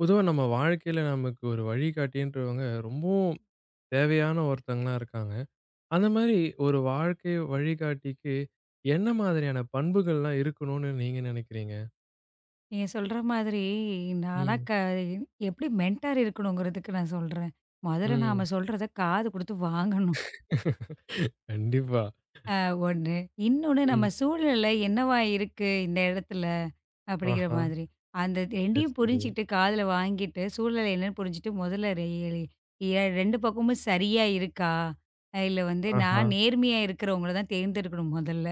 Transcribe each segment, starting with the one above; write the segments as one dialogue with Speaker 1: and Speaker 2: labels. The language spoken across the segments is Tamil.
Speaker 1: பொதுவா நம்ம வாழ்க்கையில நமக்கு ஒரு வழிகாட்டின்றவங்க ரொம்பவும் தேவையான ஒருத்தங்களா இருக்காங்க. அந்த மாரி ஒரு வாழ்க்கை வழிகாட்டிக்கு என்ன மாதிரியான பண்புகள்லாம் இருக்கணும்னு நீங்க நினைக்கிறீங்க?
Speaker 2: நீங்க சொல்ற மாதிரி, நானா
Speaker 1: ம்.
Speaker 2: க எப்படி மென்டார் இருக்கணுங்கிறதுக்கு நான் சொல்றேன். முதல்ல
Speaker 1: ம்.
Speaker 2: நாம சொல்றத காது குடுத்து வாங்கணும்.
Speaker 1: கண்டிப்பா.
Speaker 2: ஒண்ணு. இன்னொன்னு நம்ம
Speaker 1: ம்.
Speaker 2: சூழ்நிலை என்னவா இருக்கு இந்த இடத்துல? அப்படிங்கிற
Speaker 1: ஆஹா.
Speaker 2: மாதிரி. அந்த
Speaker 1: சரி,
Speaker 2: 2யும்
Speaker 1: சரி.
Speaker 2: புரிஞ்சுகிட்டு காதுல வாங்கிட்டு, சூழ்நிலை என்னன்னு புரிஞ்சுட்டு முதல்ல ரெ எ 2 பக்கமும் சரியா இருக்கா? இல்ல வந்து
Speaker 1: ஆஹா.
Speaker 2: நான் நேர்மையா இருக்கிறவங்கள தான் தேர்ந்தெடுக்கணும் முதல்ல.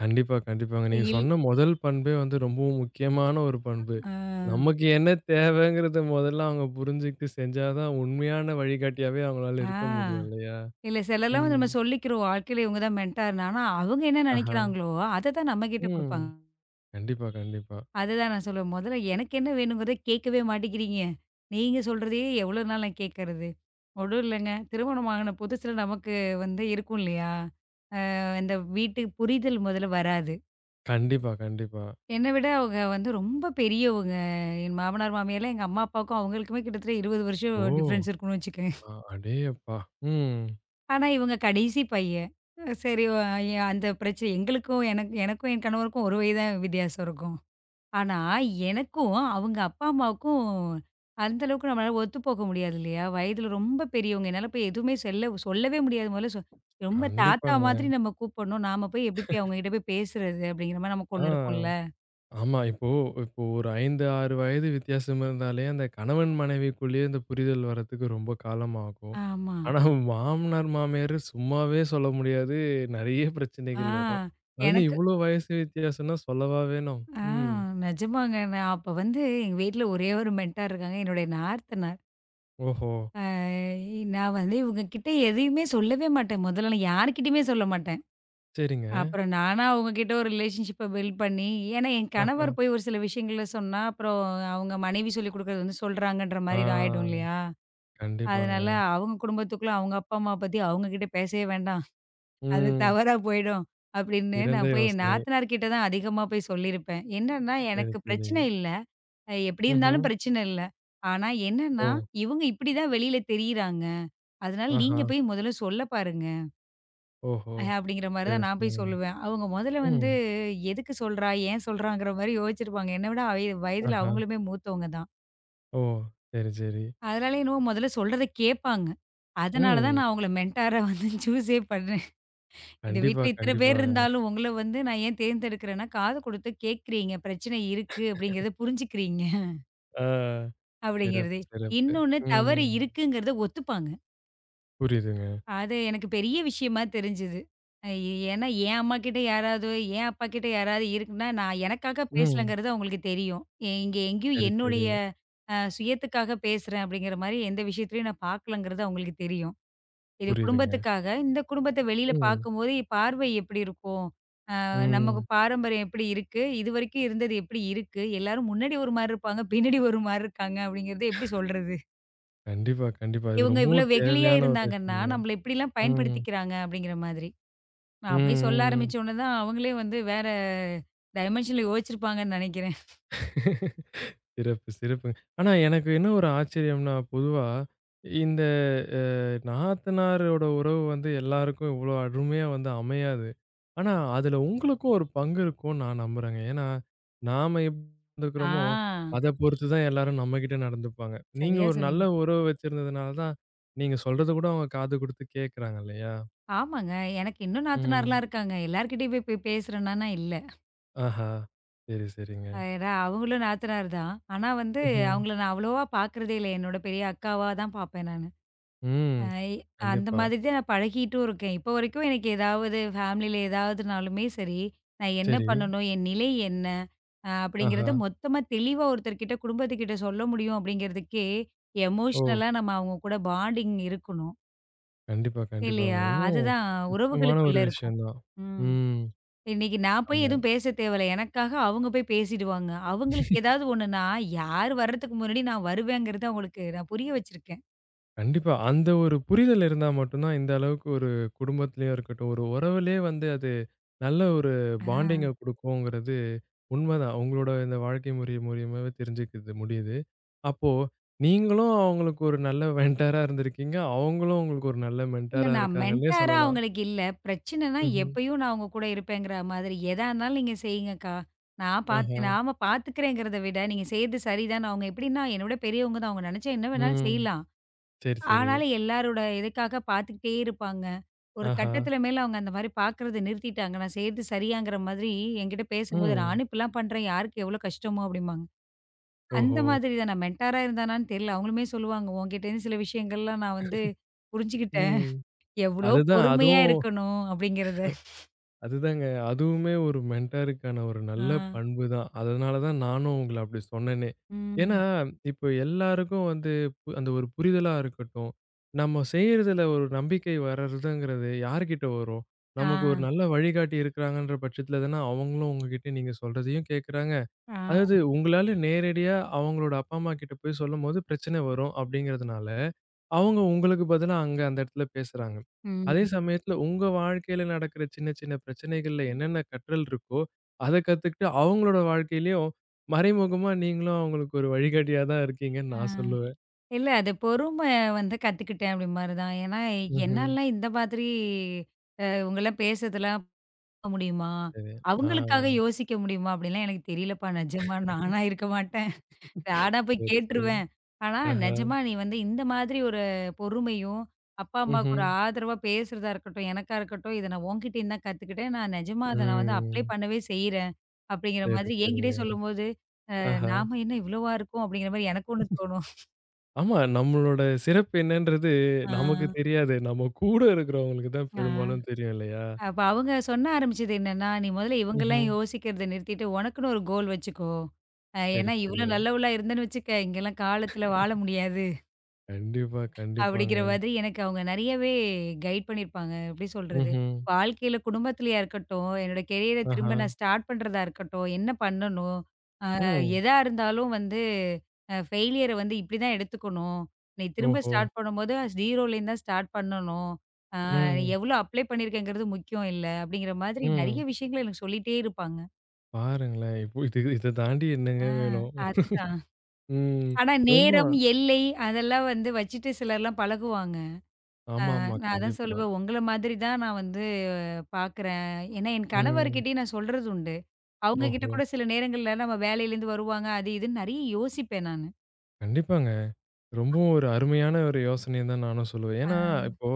Speaker 1: கண்டிப்பா, கண்டிப்பாங்க. நீங்க
Speaker 2: இல்
Speaker 1: சொன்ன முதல் பண்பே வந்து ரொம்பவும் முக்கியமான ஒரு பண்பு.
Speaker 2: ஆ.
Speaker 1: நமக்கு என்ன தேவைங்கிறத முதல்ல அவங்க புரிஞ்சுகிட்டு செஞ்சா தான் உண்மையான வழிகாட்டியாவே அவங்களால
Speaker 2: ஆ.
Speaker 1: இருக்க முடியும் இல்லையா?
Speaker 2: இல்ல சிலர்லாம் வந்து
Speaker 1: ம்.
Speaker 2: நம்ம சொல்லிக்கிறோம். வாழ்க்கையில இவங்க தான் மென்டார்ன்னு. ஆனா, அவங்க என்ன
Speaker 1: ஆஹா.
Speaker 2: நெனைக்கிறாங்களோ, அத தான் நம்மகிட்ட
Speaker 1: ம்.
Speaker 2: குடுப்பாங்க.
Speaker 1: கண்டிப்பா, கண்டிப்பா.
Speaker 2: அதுதான் நான் சொல்லுவேன். "மொதல்ல எனக்கு என்ன வேணுங்கிறத கேட்கவே மாட்டேங்கிறீங்க. நீங்க சொல்றதையே எவ்வளோ நாள் நான் கேட்கறது?" ஒன்னும் இல்லங்க. திருமணம் ஆகுன புதுசுல நமக்கு வந்து இருக்கும் இல்லையா? இந்த வீட்டு புரிதல் முதல்ல வராது.
Speaker 1: கண்டிப்பா, கண்டிப்பா.
Speaker 2: என்ன விட அவங்க வந்து ரொம்ப பெரியவங்க. என் மாமனார், மாமியார்லாம் எங்க அம்மா, அப்பாவுக்கும் அவங்களுக்குமே கிட்டத்தட்ட 20 வருஷம்
Speaker 1: ஓ!
Speaker 2: டிஃபரன்ஸ் இருக்குன்னு வச்சுக்கங்க.
Speaker 1: அடேயப்பா! ம்.
Speaker 2: ஆனா, இவங்க கடைசி பையன். சரி வ ஏன் அந்த பிரச்சனை எங்களுக்கும் எனக்கும் என் கணவருக்கும் 1 வயது தான் வித்தியாசம் இருக்கும். ஆனா, எனக்கும் அவங்க அப்பா, அம்மாவுக்கும் அந்த அளவுக்கு நம்மளால ஒத்து போக முடியாது இல்லையா? வயதில ரொம்ப பெரியவங்க. என்னால போய் எதுவுமே செல்ல சொல்லவே முடியாது. முதல்ல சொ ரொம்ப தாத்தா
Speaker 1: கண்டிப்பாங்க.
Speaker 2: மாதிரி நம்ம கூப்பிடணும். நாம போய் எப்படி போய் அவங்ககிட்ட போய் பேசுறது? அப்படிங்கிற மாரி நமக்கு ஒண்ணு இருக்கும்ல.
Speaker 1: ஆ ஆமா. இப்போ இப்போ ஒரு 5, 6 வயது வித்தியாசம் இருந்தாலே, அந்த கணவன் மனைவிக்குள்ளேயே இந்த புரிதல் வரதுக்கு ரொம்ப காலம் ஆகும்.
Speaker 2: ஆமா.
Speaker 1: ஆனா மாமனார், மாமியார் சும்மாவே சொல்ல முடியாது. நெறைய
Speaker 2: ஆ
Speaker 1: பிரச்சனைகள் வரும். அதுலயும்
Speaker 2: எனக்கு
Speaker 1: இவ்ளோ வயசு வித்தியாசம்னா சொல்லவா வேணும்?
Speaker 2: ஆ
Speaker 1: ம்.
Speaker 2: நிஜமாங்க. நான் அப்ப வந்து எங்க வீட்ல ஒரே ஒரு மென்டார் இருக்காங்க. என்னுடைய நாத்தனார்.
Speaker 1: ஓஹோ!
Speaker 2: ஏய், நான் வந்து இவங்க கிட்ட எதையுமே சொல்லவே மாட்டேன். முதல்ல நான் யார்கிட்டயுமே சொல்ல மாட்டேன்.
Speaker 1: சரிங்க.
Speaker 2: அப்புறம் நானா அவங்க கிட்ட ஒரு ரிலேஷன்ஷிப்ப பில்ட் பண்ணி ஏன்னா என்
Speaker 1: ஆஹா.
Speaker 2: கணவர் போய் ஒரு சில விஷயங்கள சொன்னா, அப்புறம் அவங்க மனைவி சொல்லிக் குடுக்குறது வந்து சொல்றாங்கன்ற மாரி இது ஆயிடும்
Speaker 1: ஆ
Speaker 2: இல்லையா?
Speaker 1: கண்டிப்பாங்க.
Speaker 2: அதனால அவங்க குடும்பத்துக்குள்ள அவங்க அப்பா, அம்மா பத்தி அவங்க கிட்ட பேசவே வேண்டாம். அது
Speaker 1: ம்.
Speaker 2: தவறா போயிடும். அப்படின்னு
Speaker 1: சிறந்த
Speaker 2: நான் போய் என்
Speaker 1: யோசனை.
Speaker 2: நாத்தனார் கிட்ட தான் அதிகமா போய் சொல்லியிருப்பேன். என்னன்னா
Speaker 1: சரி,
Speaker 2: எனக்கு
Speaker 1: சரி.
Speaker 2: பிரச்சனை இல்ல. எப்படி
Speaker 1: ம்ஹ்ம்.
Speaker 2: இருந்தாலும் பிரச்சனை இல்ல. ஆனா
Speaker 1: ஓ!
Speaker 2: என்னன்னா, இவங்க இப்படி தான் வெளியில தெரியிறாங்க. அதனால
Speaker 1: ஆஹா!
Speaker 2: நீங்க போய் முதல்ல சொல்ல பாருங்க.
Speaker 1: ஓஹோ!
Speaker 2: அப்படிங்கிற மாரி
Speaker 1: சரி,
Speaker 2: தான் நான் போய்
Speaker 1: சரி.
Speaker 2: சொல்லுவேன். அவங்க முதல்ல வந்து
Speaker 1: ம்.
Speaker 2: எதுக்கு சொல்றா? ஏன் சொல்றாங்கிற மாரி யோசிச்சிருப்பாங்க. என்ன விட வயதில
Speaker 1: ஆஹா!
Speaker 2: அவங்களுமே மூத்தவங்க தான்.
Speaker 1: ஓ! சரி, சரி.
Speaker 2: அதனால என்னவோ முதல்ல சொல்றத கேட்பாங்க. அதனால தான்
Speaker 1: ம்.
Speaker 2: நான் அவங்கள மென்டாரா வந்து சூஸே பண்ணேன். இந்த
Speaker 1: கண்டிப்பா,
Speaker 2: வீட்ல இத்தன பேர்
Speaker 1: கண்டிப்பாங்க.
Speaker 2: இருந்தாலும் உங்கள வந்து நான் ஏன் தேர்ந்தெடுக்கிறேன்னா, காது குடுத்து கேட்கிறீங்க. பிரச்சனை இருக்கு அப்படிங்கிறத புரிஞ்சுக்கிறீங்க
Speaker 1: ஆ.
Speaker 2: அப்படிங்கிறது.
Speaker 1: சிறப்பு, சிறப்பு.
Speaker 2: இன்னொன்னு தவறு
Speaker 1: ம்.
Speaker 2: இருக்குங்கிறத ஒத்துப்பாங்க.
Speaker 1: புரியுதுங்க.
Speaker 2: அது எனக்கு பெரிய விஷயமா தெரிஞ்சது. அ ஏன்னா என் அம்மாகிட்ட யாராவது, என் அப்பாகிட்ட யாராவது இருக்குன்னா, நான் எனக்காக
Speaker 1: ம்.
Speaker 2: பேசலங்கிறது அவங்களுக்கு தெரியும். இங்க எங்கேயும்
Speaker 1: சரி, சரி.
Speaker 2: என்னுடைய சுயத்துக்காக பேசுறேன் அப்படிங்கிற மாரி எந்த விஷயத்திலயும் நான் பார்க்கலங்கிறது அவங்களுக்கு தெரியும். இது
Speaker 1: புரியுதுங்க.
Speaker 2: குடும்பத்துக்காக, இந்த குடும்பத்த வெளியில
Speaker 1: ம்.
Speaker 2: பார்க்கும்போது பார்வை எப்படி இருக்கும்? நமக்கு
Speaker 1: ம்.
Speaker 2: பாரம்பரியம் எப்படி இருக்கு? இதுவரைக்கும் இருந்தது எப்படி இருக்கு? எல்லாரும் முன்னாடி ஒரு மாரி இருப்பாங்க, பின்னாடி ஒரு மாரி இருக்காங்க அப்படிங்கிறத எப்படி சொல்றது?
Speaker 1: கண்டிப்பா, கண்டிப்பா. இது
Speaker 2: இவங்க இவ்வளோ
Speaker 1: ரொம்பவும்
Speaker 2: வெகுளியா
Speaker 1: தேவையான ஒரு
Speaker 2: இருந்தாங்கன்னா,
Speaker 1: விஷயம் தான்.
Speaker 2: நம்மள இப்படிலாம்
Speaker 1: ம்.
Speaker 2: பயன்படுத்திக்கிறாங்க அப்படிங்கிற மாதிரி.
Speaker 1: ம்,
Speaker 2: நான் போய் சொல்ல
Speaker 1: ம்.
Speaker 2: ஆரம்பிச்ச உடனே தான் அவங்களே வந்து வேற டைமென்ஷன்ல யோசிச்சிருப்பாங்கன்னு நினைக்கிறேன்.
Speaker 1: சிறப்பு, சிறப்புங்க. ஆனா எனக்கு என்ன ஒரு ஆச்சரியம்னா, பொதுவா இந்த அ நாத்தனாரோட உறவு வந்து எல்லாருக்கும் இவ்ளோ அருமையா வந்து அமையாது. ஆனா அதுல உங்களுக்கும் ஒரு பங்கு இருக்கும்னு நான் நம்புறேங்க. ஏன்னா, நாம எப்படி நடந்துக்கிறோமோ,
Speaker 2: ஆ,
Speaker 1: அத பொறுத்து தான் எல்லாரும் நம்மகிட்ட நடந்துப்பாங்க. நீங்க
Speaker 2: சரியா
Speaker 1: ஒரு நல்ல
Speaker 2: சொன்னீங்க.
Speaker 1: உறவு வச்சிருந்ததுனால தான், நீங்க சொல்றது கூட அவங்க காது குடுத்து கேட்கறாங்க இல்லையா?
Speaker 2: ஆமாங்க. எனக்கு இன்னும்
Speaker 1: ம்.
Speaker 2: நாத்தனார்லாம் இருக்காங்க. எல்லார்கிட்டயும் போய் போய் பேசுறேனானா இல்ல.
Speaker 1: ஆஹா! சரி, சரிங்க.
Speaker 2: ஏன்னா அவங்களும் நாத்தனார் தான். ஆனா வந்து
Speaker 1: ம்ஹ்ம்.
Speaker 2: அவங்கள நான் அவ்வளவா பார்க்குறதே இல்ல. என்னோட பெரிய அக்காவா தான் பார்ப்பேன் நானு. அ
Speaker 1: ம்.
Speaker 2: அந்த
Speaker 1: கண்டிப்பா.
Speaker 2: மாதிரி தான் நான் பழகிட்டும் இருக்கேன். இப்போ வரைக்கும் எனக்கு ஏதாவது ஃபேமிலியில ஏதாவதுனாலுமே சரி, நான் என்ன
Speaker 1: சரி.
Speaker 2: பண்ணணும்? என் நிலை என்ன?
Speaker 1: ஆஹா!
Speaker 2: அப்படிங்கிறத மொத்தமா தெளிவா ஒருத்தர்கிட்ட குடும்பத்துக்கிட்ட சொல்ல முடியும் அப்படிங்கிறதுக்கே,
Speaker 1: ஓ!
Speaker 2: எமோஷனலா நம்ம அவங்க கூட பாண்டிங் இருக்கணும்.
Speaker 1: கண்டிப்பா, கண்டிப்பாங்க.
Speaker 2: இல்லையா?
Speaker 1: ரொம்பவும்
Speaker 2: அதுதான்
Speaker 1: முக்கியமான
Speaker 2: உறவுகளுக்குள்ள
Speaker 1: ஒரு
Speaker 2: இருக்கும்.
Speaker 1: விஷயம் தான்.
Speaker 2: ம்.
Speaker 1: ம்.
Speaker 2: இன்னைக்கு நான் போய்
Speaker 1: ஆமா.
Speaker 2: எதுவும் பேச தேவையில்ல. எனக்காக அவங்க போய் பேசிடுவாங்க. அவங்களுக்கு ஏதாவது ஒண்ணுன்னா, யார் வர்றதுக்கு முன்னாடி நான் வருவேங்கிறத அவங்களுக்கு நான் புரிய வச்சிருக்கேன்.
Speaker 1: கண்டிப்பா. அந்த ஒரு புரிதல் இருந்தா மட்டும் தான் இந்த அளவுக்கு ஒரு குடும்பத்திலயும் இருக்கட்டும், ஒரு உறவுலயே வந்து அது நல்ல ஒரு
Speaker 2: ஆ.
Speaker 1: பாண்டிங்க குடுக்குங்கிறது உண்மதான். உங்களோட இந்த வாழ்க்கை முறை மூலியமாவே தெரிஞ்சுக்கிறது முடியுது. அப்போ நீங்களும் அவங்களுக்கு ஒரு நல்ல மென்டாரா இருந்திருக்கீங்க. அவங்களும் உங்களுக்கு ஒரு நல்ல
Speaker 2: இல்ல
Speaker 1: மென்டாரா
Speaker 2: நான்
Speaker 1: இருக்காங்கன்னே
Speaker 2: மென்டாரா
Speaker 1: சொல்லலாம்.
Speaker 2: அவங்களுக்கு இல்ல. பிரச்சனைனா
Speaker 1: ம்ஹ்ம்.
Speaker 2: எப்பயும் நான் உங்க கூட இருப்பேங்கிற மாதிரி, "எதா இருந்தாலும் நீங்க செய்யுங்கக்கா. நான் பாத்து
Speaker 1: ஆஹா.
Speaker 2: நாம பாத்துக்கிறேங்கிறத விட, நீங்க செய்றது சரிதான்." அவங்க எப்படின்னா, என்னை விட பெரியவங்க தான். அவங்க நினைச்சா என்ன வேணாலும்
Speaker 1: ம்.
Speaker 2: செய்யலாம்.
Speaker 1: சரி, சரி.
Speaker 2: ஆனாலும் எல்லாரோட இதுக்காக பாத்துக்கிட்டே இருப்பாங்க. ஒரு
Speaker 1: ஆஹா.
Speaker 2: கட்டத்துல மேல அவங்க அந்த மாரி பாக்குறத நிறுத்திட்டாங்க. நான் செய்றது சரியாங்கிற மாதிரி என்கிட்ட பேசும்போது,
Speaker 1: ம்.
Speaker 2: "நானும் இப்படிலாம் பண்றேன். யாருக்கு எவ்வளோ கஷ்டமோ?" அப்படிம்பாங்க. அந்த
Speaker 1: ஓஹோ!
Speaker 2: மாதிரி தான் நான் மென்டாரா இருந்தானான்னு தெரியல. அவங்களுமே சொல்லுவாங்க, "உன்கிட்டேருந்து சில விஷயங்கள்லாம் நான் வந்து புரிஞ்சுக்கிட்டேன்."
Speaker 1: ம்.
Speaker 2: எவ்ளோ
Speaker 1: அதுதான்.
Speaker 2: பொறுமையா
Speaker 1: அதுவும்
Speaker 2: இருக்கணும் அப்படிங்கிறது.
Speaker 1: அதுதாங்க. அதுவுமே ஒரு மென்டாருக்கான ஒரு
Speaker 2: ஆ.
Speaker 1: நல்ல பண்பு தான். அதனால தான் நானும் உங்கள அப்படி சொன்னேனே. ஏன்னா,
Speaker 2: ம்.
Speaker 1: இப்போ எல்லாருக்கும் வந்து அந்த ஒரு புரிதலா இருக்கட்டும். நம்ம செய்றதுல ஒரு நம்பிக்கை வர்றதுங்கிறது யார்கிட்ட வரும்?
Speaker 2: ஆ.
Speaker 1: நமக்கு ஒரு நல்ல வழிகாட்டி இருக்கிறாங்கன்ற பட்சத்துல தானே அவங்களும் உங்ககிட்ட நீங்க சொல்றதையும் கேட்கறாங்க.
Speaker 2: ஆ.
Speaker 1: அதாவது உங்களால நேரடியா அவங்களோட அப்பா, அம்மா கிட்ட போய் சொல்லும்போது பிரச்சனை வரும் அப்படிங்கிறதுனால அவங்க உங்களுக்கு பதிலா அங்க அந்த இடத்துல பேசுறாங்க. அதே
Speaker 2: ம்.
Speaker 1: சமயத்துல உங்க வாழ்க்கையில நடக்கிற சின்ன, சின்ன பிரச்சனைகள்ல என்னென்ன கற்றல் இருக்கோ, அத கத்துக்கிட்டு அவங்களோட வாழ்க்கையிலயும் மறைமுகமா நீங்களும் அவங்களுக்கு ஒரு வழிகாட்டியா தான் இருக்கீங்கன்னு
Speaker 2: ஆ.
Speaker 1: நான் சொல்லுவேன்.
Speaker 2: இல்ல அது பொறுமை வந்து கத்துக்கிட்டேன் அப்படி மாரி தான். ஏன்னா
Speaker 1: ம்ஹ்ம்.
Speaker 2: என்னாலலாம் இந்த மாதிரி இவங்கலாம் பேசுறதெல்லாம் பார்க்க முடியுமா?
Speaker 1: சரி. ஆ
Speaker 2: அவங்களுக்காக யோசிக்க முடியுமா? அப்படிலாம் எனக்கு தெரியலப்பா நிஜமா. நானா இருக்க மாட்டேன். நானா போய்
Speaker 1: சரி, சரி.
Speaker 2: கேட்டுருவேன். ஆனா,
Speaker 1: ஆஹா.
Speaker 2: நிஜமா நீ வந்து இந்த மாதிரி ஒரு பொறுமையும், அப்பா, அம்மாவுக்கு ஒரு
Speaker 1: ம்ஹ்ம்.
Speaker 2: ஆதரவா பேசுறதா இருக்கட்டும், எனக்கா இருக்கட்டும், இத நான் உன்கிட்டேருந்து தான் கத்துக்கிட்டேன். நான் நிஜமா அத நான் வந்து அப்ளை
Speaker 1: ம்.
Speaker 2: பண்ணவே செய்றேன். அப்படிங்கிற
Speaker 1: சரி,
Speaker 2: மாதிரி என்கிட்டயே
Speaker 1: சரிங்க.
Speaker 2: சொல்லும்போது,
Speaker 1: ஆஹா.
Speaker 2: நாம என்ன இவ்வளவா இருக்கோம் அப்படிங்கிற மாரி எனக்கு ஒண்ணு தோணும்.
Speaker 1: ஆமா நம்மளோட சிறப்பு என்னன்றது
Speaker 2: ஆ,
Speaker 1: நமக்கு தெரியாது. நம்ம கூட இருக்கிறவங்களுக்கு தான்
Speaker 2: ஆ.
Speaker 1: பெரும்பாலும் தெரியும் இல்லையா?
Speaker 2: அப்ப அவங்க சொன்ன ஆரம்பிச்சது என்னன்னா, "நீ முதல்ல இவங்கலாம்
Speaker 1: ம்ஹ்ம்.
Speaker 2: யோசிக்கிறத நிறுத்திட்டு, உனக்குன்னு ஒரு கோல் வச்சுக்கோ.
Speaker 1: சரி,
Speaker 2: ஏன்னா இவ்வளோ
Speaker 1: சரி.
Speaker 2: நல்லவளா இருந்தேன்னு வச்சுக்க, இங்கலாம் காலத்துல வாழ முடியாது."
Speaker 1: கண்டிப்பா,
Speaker 2: அப்படிங்கிற
Speaker 1: கண்டிப்பாங்க.
Speaker 2: மாதிரி எனக்கு அவங்க நெறையவே கைட் பண்ணியிருப்பாங்க. எப்படி சொல்றது?
Speaker 1: ம்ஹ்ம்.
Speaker 2: வாழ்க்கையில குடும்பத்திலயா இருக்கட்டும், என்னோட கெரியர திரும்ப
Speaker 1: ஆஹா!
Speaker 2: நான் ஸ்டார்ட் பண்றதா இருக்கட்டும், என்ன பண்ணணும்? அ
Speaker 1: ம்.
Speaker 2: எதா இருந்தாலும் வந்து ஃபெயிலியர வந்து இப்படிதான் எடுத்துக்கணும். நீ திரும்ப
Speaker 1: ஓஹோ!
Speaker 2: ஸ்டார்ட் பண்ணும்போது 0லேருந்து தான் ஸ்டார்ட் பண்ணணும். அ ம்.
Speaker 1: ம்,
Speaker 2: எவ்வளோ அப்ளை பண்ணியிருக்கேங்கிறது முக்கியம் இல்ல. அப்படிங்கிற மாதிரி நெறைய
Speaker 1: ம்.
Speaker 2: விஷயங்கள எனக்கு சொல்லிட்டே இருப்பாங்க.
Speaker 1: பாருங்களேன். இப்போ இது இத தாண்டி
Speaker 2: ஆ,
Speaker 1: என்னங்க வேணும்?
Speaker 2: அதுதான்.
Speaker 1: ம்.
Speaker 2: ஆனா
Speaker 1: ரொம்ப
Speaker 2: நேரம், எல்லை அதெல்லாம் வந்து வச்சுட்டு சிலர்லாம் பழகுவாங்க.
Speaker 1: ஆமாமா.
Speaker 2: நான் அதான்
Speaker 1: கண்டிப்பா.
Speaker 2: சொல்லுவேன், உங்கள மாதிரி தான் நான் வந்து பார்க்குறேன். ஏன்னா, என்
Speaker 1: ம்.
Speaker 2: கணவர்கிட்டயும் நான் சொல்றது உண்டு. அவங்க கிட்ட
Speaker 1: ஓஹோ!
Speaker 2: கூட சில நேரங்கள்ல நம்ம வேலையிலேருந்து வருவாங்க, அது இதுன்னு நெறைய யோசிப்பேன் நானு.
Speaker 1: கண்டிப்பாங்க. ரொம்பவும் ஒரு அருமையான ஒரு யோசனைன்னு தான் நானும் சொல்லுவேன்.
Speaker 2: ஆ,
Speaker 1: ஏன்னா, இப்போ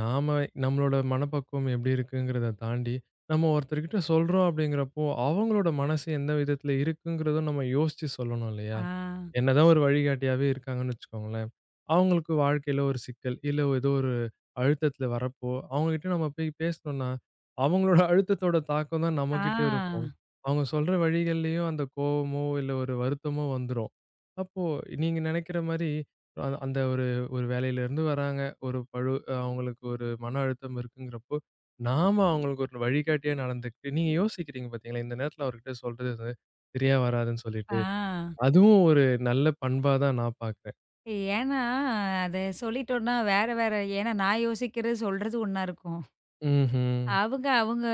Speaker 1: நாம நம்மளோட மனப்பக்குவம் எப்படி இருக்குங்கிறத தாண்டி, நம்ம ஒருத்தர்கிட்ட சொல்றோம் அப்படிங்கிறப்போ, அவங்களோட மனசு எந்த விதத்தில இருக்குங்கிறதும் நம்ம யோசிச்சு சொல்லணும் இல்லையா?
Speaker 2: ஆ,
Speaker 1: என்னதான் ஒரு வழிகாட்டியாவே இருக்காங்கன்னு வச்சுக்கோங்களேன், அவங்களுக்கு வாழ்க்கையில ஒரு சிக்கல், இல்ல ஏதோ ஒரு அழுத்தத்தில வரப்போ, அவங்ககிட்ட நம்ம போய் பேசினோம்னா, அவங்களோட அழுத்தத்தோட தாக்கம் தான் நம்மகிட்ட இருக்கும்.
Speaker 2: ஆ,
Speaker 1: அவங்க சொல்ற வழிகள்லயும் அந்த கோவமோ, இல்ல ஒரு வருத்தமோ வந்துரும். அப்போ நீங்க நெனைக்கிற மாரி, அந்த ஒரு ஒரு வேலையிலேருந்து வராங்க. ஒரு பழு அவங்களுக்கு ஒரு மன அழுத்தம் இருக்குங்கிறப்போ, நாம அவங்களுக்கு ஒரு வழிகாட்டியா நடந்துக்கிட்டு நீங்க யோசிக்கிறீங்க பார்த்தீங்களா, இந்த நேரத்தில அவர்கிட்ட சொல்றது வந்து சரியா வராதுன்னு
Speaker 2: ஆ.
Speaker 1: சொல்லிட்டு. அதுவும் ஒரு நல்ல பண்பா தான் நான் பார்க்குறேன்.
Speaker 2: ஏன்னா, அத சொல்லிட்டோம்னா வேற, வேற ஏன்னா நான் யோசிக்கிறது, சொல்றது ஒண்ணா இருக்கும்.
Speaker 1: ம்ஹ்ம்.
Speaker 2: அவங்க அவங்க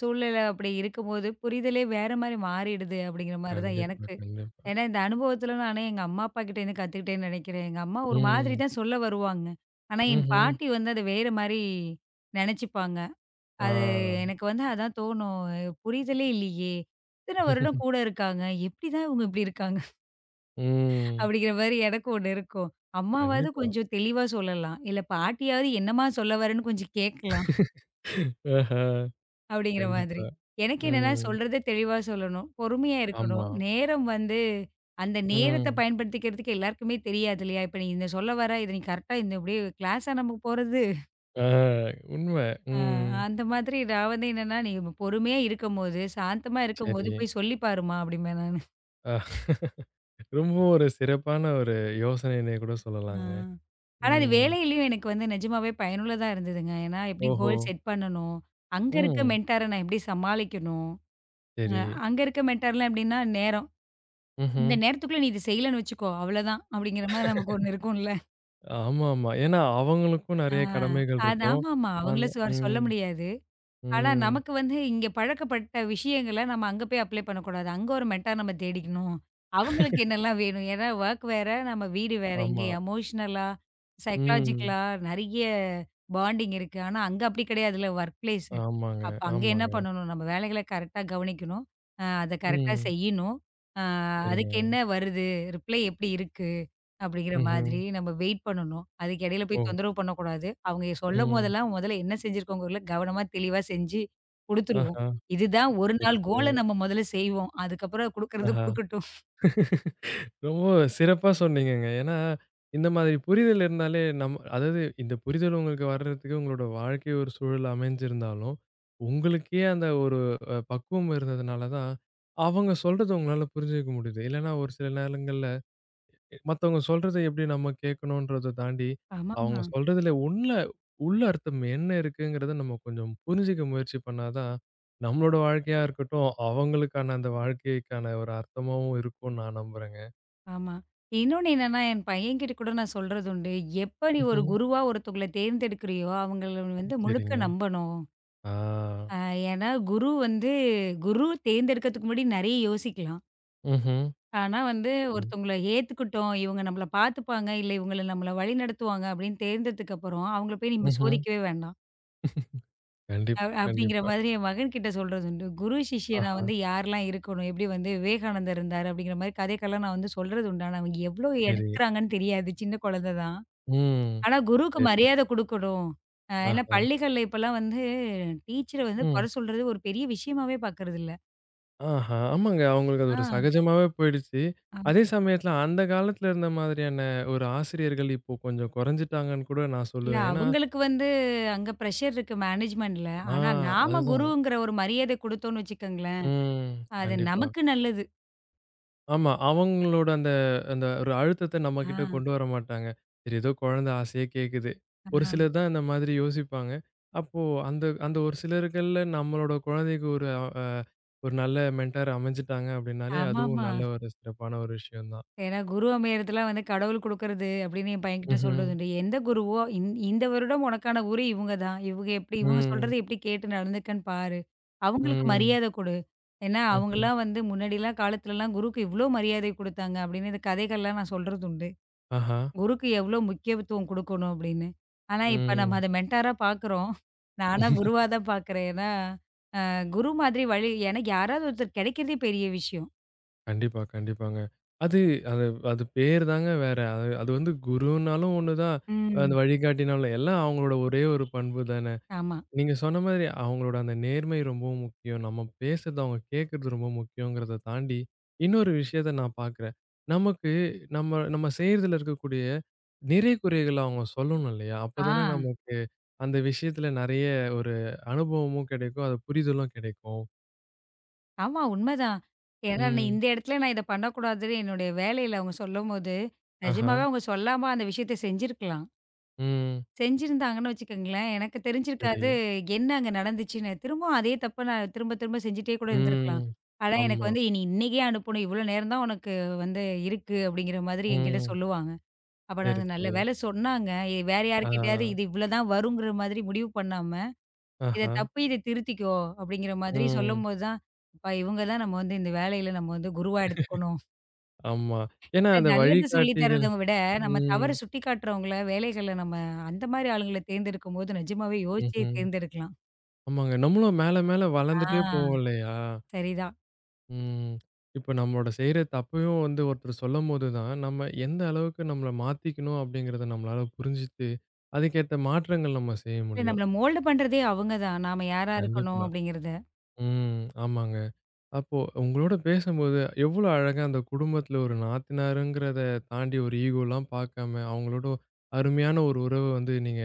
Speaker 2: சூழ்நிலை அப்படி இருக்கும்போது, புரிதலே வேற மாரி மாறிடுது அப்படிங்கிற மாரி தான்
Speaker 1: கண்டிப்பா,
Speaker 2: எனக்கு.
Speaker 1: கண்டிப்பா.
Speaker 2: ஏன்னா இந்த அனுபவத்தில நானே எங்க அம்மா, அப்பா கிட்டேருந்து கத்துக்கிட்டேன்னு நெனைக்கிறேன். எங்க அம்மா ஒரு மாதிரி
Speaker 1: ம்.
Speaker 2: தான் சொல்ல வருவாங்க. ஆனா என்
Speaker 1: ம்ஹ்ம்.
Speaker 2: பாட்டி வந்து அத வேற மாரி நெனச்சுப்பாங்க.
Speaker 1: ஆ.
Speaker 2: அது எனக்கு வந்து அதான் தோணும். புரிதலே இல்லையே! இத்தன வருடம் கூட இருக்காங்க. எப்படிதான் இவங்க இப்படி இருக்காங்க?
Speaker 1: ம்.
Speaker 2: அப்படிங்கிற மாரி எனக்கு ஒண்ணு இருக்கும். அம்மாவாவது
Speaker 1: கண்டிப்பா.
Speaker 2: கொஞ்சம் தெளிவா சொல்லலாம். இல்ல பாட்டியாவது என்னம்மா சொல்ல வரேன்னு கொஞ்சம் கேட்கலாம்.
Speaker 1: ஆஹா.
Speaker 2: அப்படிங்கிற மாதிரி.
Speaker 1: கண்டிப்பா.
Speaker 2: எனக்கு என்னன்னா
Speaker 1: ம்.
Speaker 2: சொல்றத தெளிவா சொல்லணும். பொறுமையா இருக்கணும்.
Speaker 1: ஆமா.
Speaker 2: நேரம் வந்து அந்த நேரத்த
Speaker 1: ம்.
Speaker 2: பயன்படுத்திக்கிறதுக்கு எல்லாருக்குமே தெரியாது இல்லையா? இப்ப நீ இந்த சொல்ல வர இத நீ கரெக்ட்டா இந்த அப்படியே கிளாஸா நம்ம போறது.
Speaker 1: ஆ. உண்ம.
Speaker 2: அ
Speaker 1: ம்.
Speaker 2: அந்த மாதிரி நான் வந்து என்னன்னா, "நீ பொறுமையா இருக்கும்போது, சாந்தமா இருக்கும்போது
Speaker 1: சரி.
Speaker 2: போய் சொல்லி பாரும்மா" அப்படிம்பேன் நானு.
Speaker 1: அ ரொம்ப ஒரு சிறப்பான ஒரு யோசனைன்னே கூட
Speaker 2: ஆ.
Speaker 1: சொல்லலாங்க.
Speaker 2: ஆனா அது
Speaker 1: ம்.
Speaker 2: வேலையிலயும் எனக்கு வந்து நிஜமாவே பயனுள்ளதா இருந்ததுங்க. ஏன்னா எப்படி
Speaker 1: ஓஹோ!
Speaker 2: கோல் செட் பண்ணணும், அங்க இருக்க
Speaker 1: ம்.
Speaker 2: மென்டார நான் எப்படி சமாளிக்கணும். அ
Speaker 1: சரி.
Speaker 2: அங்க இருக்க மென்டார்லாம் எப்படின்னா, நேரம்.
Speaker 1: ம்ஹ்ம்.
Speaker 2: இந்த நேரத்துக்குள்ள நீ இத செய்யலன்னு வச்சுக்கோ, அவ்வளதான். அப்படிங்கிற மாரி நமக்கு ஒண்ணு இருக்கும்ல.
Speaker 1: ஆமாமா. ஏன்னா அவங்களுக்கும்
Speaker 2: ஆ,
Speaker 1: நெறைய கடமைகள்
Speaker 2: அது
Speaker 1: இருக்கும்.
Speaker 2: ஆமாமா. அவங்கள
Speaker 1: அந்த
Speaker 2: சொல்ல
Speaker 1: ம்.
Speaker 2: முடியாது. ஆனா
Speaker 1: ம்.
Speaker 2: நமக்கு வந்து இங்க பழக்கப்பட்ட விஷயங்கள நம்ம அங்க போய் அப்ளை பண்ணக்கூடாது. அங்க ஒரு மென்டார் நம்ம தேடிக்கணும். அவங்களுக்கு என்னலாம் வேணும்? ஏன்னா வொர்க் வேற, நம்ம வீடு வேற. இங்க
Speaker 1: ஆமா.
Speaker 2: எமோஷனலா,
Speaker 1: ம்.
Speaker 2: சைக்காலஜிக்கலா நெறைய பாண்டிங் இருக்கு. ஆனா அங்க அப்படி கிடையாதுல்ல வொர்க் பிளேஸ்.
Speaker 1: ஆமாங்க,
Speaker 2: அப்ப அங்க என்ன
Speaker 1: ஆமாங்க.
Speaker 2: பண்ணணும்? நம்ம வேலைகள கரெக்ட்டா கவனிக்கணும். அத கரெக்ட்டா
Speaker 1: ம்.
Speaker 2: செய்யணும். ஆ,
Speaker 1: சரிங்க.
Speaker 2: அதுக்கு என்ன வருது? ரிப்ளை எப்படி இருக்கு? அப்படிங்கிற
Speaker 1: ம்ஹ்ம்.
Speaker 2: மாதிரி நம்ம வெயிட் பண்ணணும். அதுக்கு இடையில போய்
Speaker 1: ஓ!
Speaker 2: தொந்தரவு பண்ணக்கூடாது. அவங்க
Speaker 1: ம்.
Speaker 2: சொல்லும்போதெல்லாம் முதல்ல என்ன செஞ்சிருக்கோங்கிறதுல கவனமா தெளிவா செஞ்சு குடுத்துருவோம்.
Speaker 1: ஆஹா.
Speaker 2: இதுதான் 1
Speaker 1: சரி,
Speaker 2: நாள் கோல
Speaker 1: சரிங்க.
Speaker 2: நம்ம முதல்ல செய்வோம். அதுக்கப்புறம் குடுக்கறது
Speaker 1: ஆஹா.
Speaker 2: குடுக்கட்டும்.
Speaker 1: ரொம்ப சிறப்பா சொன்னீங்கங்க. ஏன்னா, இந்த மாதிரி புரிதல் இருந்தாலே அதாவது இந்த புரிதல் உங்களுக்கு வர்றதுக்கு உங்களோட வாழ்க்கை ஒரு சூழல் அமைஞ்சிருந்தாலும், உங்களுக்கே அந்த ஒரு பக்குவம் இருந்ததுனால தான், அவங்க சொல்றத உங்களால புரிஞ்சுக்க முடியுது. இல்லன்னா ஒரு சில நேரங்கள்ல மத்தவங்க சொல்றத எப்படி நம்ம கேட்கணுன்றத தாண்டி, அவங்க
Speaker 2: ஆமாமா.
Speaker 1: சொல்றதுல உள்ள உள்ள அர்த்தம் என்ன இருக்குங்கிறத நம்ம கொஞ்சம் புரிஞ்சுக்க முயற்சி பண்ணா தான், நம்மளோட வாழ்க்கையா இருக்கட்டும், அவங்களுக்கான அந்த வாழ்க்கைக்கான ஒரு அர்த்தமாவும் இருக்கும்னு நான் நம்புறேங்க.
Speaker 2: ஆமா. இன்னொன்னு என்னன்னா, என் பையன்கிட்ட கூட நான் சொல்றது உண்டு. எப்ப நீ ஒரு
Speaker 1: ம்ஹ்ம்.
Speaker 2: குருவா ஒருத்தவங்கள தேர்ந்தெடுக்கிறியோ, அவங்கள வந்து
Speaker 1: ம். சரிங்க.
Speaker 2: முழுக்க நம்பணும். அ
Speaker 1: ஆ.
Speaker 2: ஏன்னா குரு தேர்ந்தெடுக்கிறதுக்கு முன்னாடி நெறைய யோசிக்கலாம்.
Speaker 1: ம்ஹ்ம்.
Speaker 2: ஆனா வந்து
Speaker 1: சரி.
Speaker 2: ஒருத்தவங்கள ஏத்துக்கிட்டோம். இவங்க நம்மள பார்த்துப்பாங்க, இல்ல இவங்கள நம்மள வழிநடத்துவாங்க அப்படின்னு தெரிந்ததுக்கு அப்புறம், அவங்கள போய் நீங்க
Speaker 1: ம்ஹ்ம்.
Speaker 2: சோதிக்கவே வேண்டாம்.
Speaker 1: கண்டிப்பா,
Speaker 2: அப்படிங்கிற
Speaker 1: கண்டிப்பா.
Speaker 2: மாதிரி என் மகன்கிட்ட சொல்றது உண்டு. குரு சிஷ்யனா
Speaker 1: ஆஹா.
Speaker 2: வந்து யாரெல்லாம் இருக்கணும், எப்படி வந்து விவேகானந்தர் இருந்தாரு அப்படிங்கிற மாதிரி கதைக்கெல்லாம் நான் வந்து சொல்றது உண்டு. ஆனா அவங்க எவ்வளோ
Speaker 1: சரி.
Speaker 2: எடுத்துக்கிறாங்கன்னு தெரியாது. சின்ன குழந்தை தான்.
Speaker 1: ம்.
Speaker 2: ஆனா குருவுக்கு
Speaker 1: சரி.
Speaker 2: மரியாதை குடுக்கணும். ஏன்னா
Speaker 1: ஆஹா.
Speaker 2: பள்ளிகள்ல இப்பல்லாம் வந்து டீச்சர வந்து
Speaker 1: ம்.
Speaker 2: குறை சொல்றது ஒரு பெரிய விஷயமாவே பார்க்கறதில்ல.
Speaker 1: ஆஹா. ஆமாங்க. அவங்களுக்கு அது ஒரு சகஜமாவே போயிடுச்சு.
Speaker 2: ஆ.
Speaker 1: அதே சமயத்துல அந்த காலத்துல இருந்த மாதிரியான ஒரு ஆசிரியர்கள் இப்போ கொஞ்சம் குறைஞ்சுட்டாங்கன்னு கூட நான்
Speaker 2: இல்ல
Speaker 1: சொல்லுவேன். ஏன்னா
Speaker 2: அவங்களுக்கு வந்து அங்க பிரஷர் இருக்கு மேனேஜ்மெண்ட்ல.
Speaker 1: ஆ
Speaker 2: ஆனா நாம
Speaker 1: அதுதான்.
Speaker 2: குருங்கிற ஒரு மரியாதை குடுத்தோம்னு வச்சுக்கோங்களேன்,
Speaker 1: ம்.
Speaker 2: அது
Speaker 1: கண்டிப்பா.
Speaker 2: நமக்கு நல்லது.
Speaker 1: ஆமா. அவங்களோட அந்த அந்த ஒரு அழுத்தத்த
Speaker 2: ஆ,
Speaker 1: நம்மகிட்ட கொண்டு வர மாட்டாங்க. சரி ஏதோ குழந்தை ஆசையா கேட்குது. ஒரு
Speaker 2: ஆ.
Speaker 1: சிலர் தான் இந்த மாதிரி யோசிப்பாங்க. அப்போ அந்த அந்த ஒரு சிலர்கள்ல நம்மளோட குழந்தைக்கு ஒரு ஒரு நல்ல மென்டார் அமைஞ்சுட்டாங்க அப்படின்னாலே, அதுவும்
Speaker 2: ஆமாமா.
Speaker 1: நல்ல ஒரு சிறப்பான ஒரு விஷயம் தான்.
Speaker 2: ஏன்னா குரு அமையறதெல்லாம் வந்து கடவுள் குடுக்கறது அப்படின்னு என் பையன்கிட்ட
Speaker 1: ம்ஹ்ம்.
Speaker 2: சொல்றது உண்டு. எந்த குருவோ இந்த வருடம் உனக்கான குரு இவங்க தான். இவங்க எப்படி இவங்க
Speaker 1: ம்.
Speaker 2: சொல்றத எப்படி கேட்டு நடந்துக்கன்னு பாரு. அவங்களுக்கு
Speaker 1: ம்.
Speaker 2: மரியாதை கொடு. ஏன்னா
Speaker 1: ம்ஹ்ம்.
Speaker 2: அவங்கலாம் வந்து முன்னாடிலாம் காலத்துலலாம் குருக்கு இவ்ளோ மரியாதை குடுத்தாங்க அப்படின்னு இந்த கதைகள்லாம் நான் சொல்றது உண்டு.
Speaker 1: ஆஹா.
Speaker 2: குருக்கு எவ்ளோ முக்கியத்துவம் குடுக்கணும் அப்படின்னு. ஆனா, இப்ப நம்ம
Speaker 1: ம்.
Speaker 2: அத மென்டாரா பாக்குறோம். நானா குருவா தான் பாக்குறேன். ஏன்னா, குரு மாதிரி வழி எனக்கு யாராவது ஒருத்தர் கெடைக்கிறதே பெரிய விஷயம்.
Speaker 1: கண்டிப்பா, கண்டிப்பாங்க. அது அது அது பேர் தாங்க வேற. அது அது வந்து குருன்னாலும் ஒண்ணுதான். அந்த
Speaker 2: ம்.
Speaker 1: வழிகாட்டினாலும் எல்லாம் அவங்களோட ஒரே ஒரு பண்பு தான.
Speaker 2: ஆமா.
Speaker 1: நீங்க சொன்ன மாதிரி அவங்களோட அந்த நேர்மை ரொம்பவும் முக்கியம். நம்ம பேசுறது அவங்க கேட்கறது ரொம்ப முக்கியங்கிறத தாண்டி, இன்னொரு விஷயத்த நான் பார்க்குறேன். நமக்கு நம்ம நம்ம செய்றதுல இருக்கக்கூடிய நிறை, குறைகள அவங்க சொல்லணும் இல்லையா?
Speaker 2: ஆ.
Speaker 1: அப்பதானே நமக்கு அந்த விஷயத்துல நெறைய ஒரு அனுபவமும் கிடைக்கும். அது புரிதலும் கிடைக்கும்.
Speaker 2: ஆமா உண்மதான். ஏன்னா, நீ
Speaker 1: ம்.
Speaker 2: இந்த இடத்துல நான் இத பண்ணக்கூடாதுன்னு என்னுடைய வேலையில அவங்க சொல்லும்போது,
Speaker 1: ஆஹா.
Speaker 2: நிஜமாவே அவங்க சொல்லாம அந்த விஷயத்த செஞ்சிருக்கலாம்.
Speaker 1: ம்.
Speaker 2: செஞ்சிருந்தாங்கன்னு வச்சுக்கங்களேன், எனக்கு தெரிஞ்சிருக்காது.
Speaker 1: சரி.
Speaker 2: என்ன அங்க நடந்துச்சுன்னு. திரும்பவும் அதே தப்ப நான் திரும்ப திரும்ப செஞ்சுட்டே கூட
Speaker 1: ம்.
Speaker 2: இருந்திருக்கலாம். ஆனா எனக்கு
Speaker 1: ஆமா.
Speaker 2: வந்து "நீ இன்னைக்கே அனுப்பணும். இவ்வளோ நேரம் தான் உனக்கு வந்து இருக்கு" அப்படிங்கிற மாதிரி என்கிட்ட
Speaker 1: ம்.
Speaker 2: சொல்லுவாங்க. அப்ப நான்
Speaker 1: சரி,
Speaker 2: நல்ல
Speaker 1: சரி.
Speaker 2: வேளை சொன்னாங்க. வேற
Speaker 1: ஆ.
Speaker 2: யார்கிட்டயாவது இது இவ்வளோ தான் வருங்கிற மாதிரி முடிவு பண்ணாம, "இத
Speaker 1: ஆஹா.
Speaker 2: தப்பு இத திருத்திக்கோ" அப்படிங்கிற மாதிரி
Speaker 1: ம்.
Speaker 2: சொல்லும்போது தான், அப்பா இவங்க தான் நம்ம வந்து இந்த வேலையில நம்ம வந்து குருவா எடுத்துக்கணும்.
Speaker 1: ஆமா. ஏன்னா அந்த
Speaker 2: நல்லது சொல்லி தர்றத
Speaker 1: வழிகாட்டிகள்
Speaker 2: விட, நம்ம
Speaker 1: ம்.
Speaker 2: தவறு சுட்டிக்காட்டுறவங்கள, வேலைகள்ல நம்ம அந்த மாரி ஆளுங்கள தேர்ந்தெடுக்கும்போது நிஜமாவே யோசிச்சே
Speaker 1: ம்ஹ்ம்.
Speaker 2: தேர்ந்தெடுக்கலாம்.
Speaker 1: ஆமாங்க. நம்மளும் மேல மேல வளர்ந்துட்டே
Speaker 2: ஆ.
Speaker 1: போவோம் இல்லையா?
Speaker 2: சரிதான்.
Speaker 1: ம். இப்ப நம்மளோட செய்ற தப்பையும் வந்து ஒருத்தர் சொல்லும்போது தான், நம்ம எந்த அளவுக்கு நம்மள மாத்திக்கணும் அப்படிங்கிறத நம்மளால புரிஞ்சுட்டு, அதுக்கேத்த மாற்றங்கள் நம்ம செய்ய
Speaker 2: இல்ல
Speaker 1: முடியும்.
Speaker 2: நம்மள மோல்டு பண்றதே அவங்க தான். நாம யாரா இருக்கணும்
Speaker 1: கண்டிப்பா.
Speaker 2: அப்படிங்கிறத.
Speaker 1: ம். ஆமாங்க. அப்போ உங்களோட பேசும்போது, எவ்ளோ அழகா அந்த குடும்பத்தில ஒரு நாத்தனாருங்கிறத தாண்டி ஒரு ஈகோலாம் பார்க்காம, அவங்களோட அருமையான ஒரு உறவ வந்து நீங்க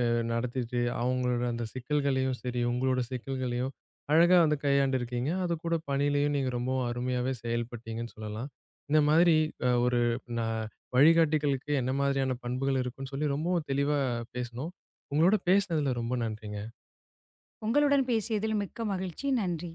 Speaker 1: அ நடத்திட்டு, அவங்களோட அந்த சிக்கல்களையும் சரி, உங்களோட சிக்கல்களையும் அழகா வந்து கையாண்டுருக்கீங்க. அதுக்கூட பணியிலயும் நீங்க ரொம்பவும் அருமையாவே செயல்பட்டீங்கன்னு சொல்லலாம். இந்த மாதிரி ஒரு ந வழிகாட்டிகளுக்கு என்ன மாதிரியான பண்புகள் இருக்குன்னு சொல்லி ரொம்பவும் தெளிவா பேசனோம். உங்களோட பேசினதுல ரொம்ப நன்றிங்க.
Speaker 2: உங்களுடன் பேசியதில் மிக்க மகிழ்ச்சி. நன்றி.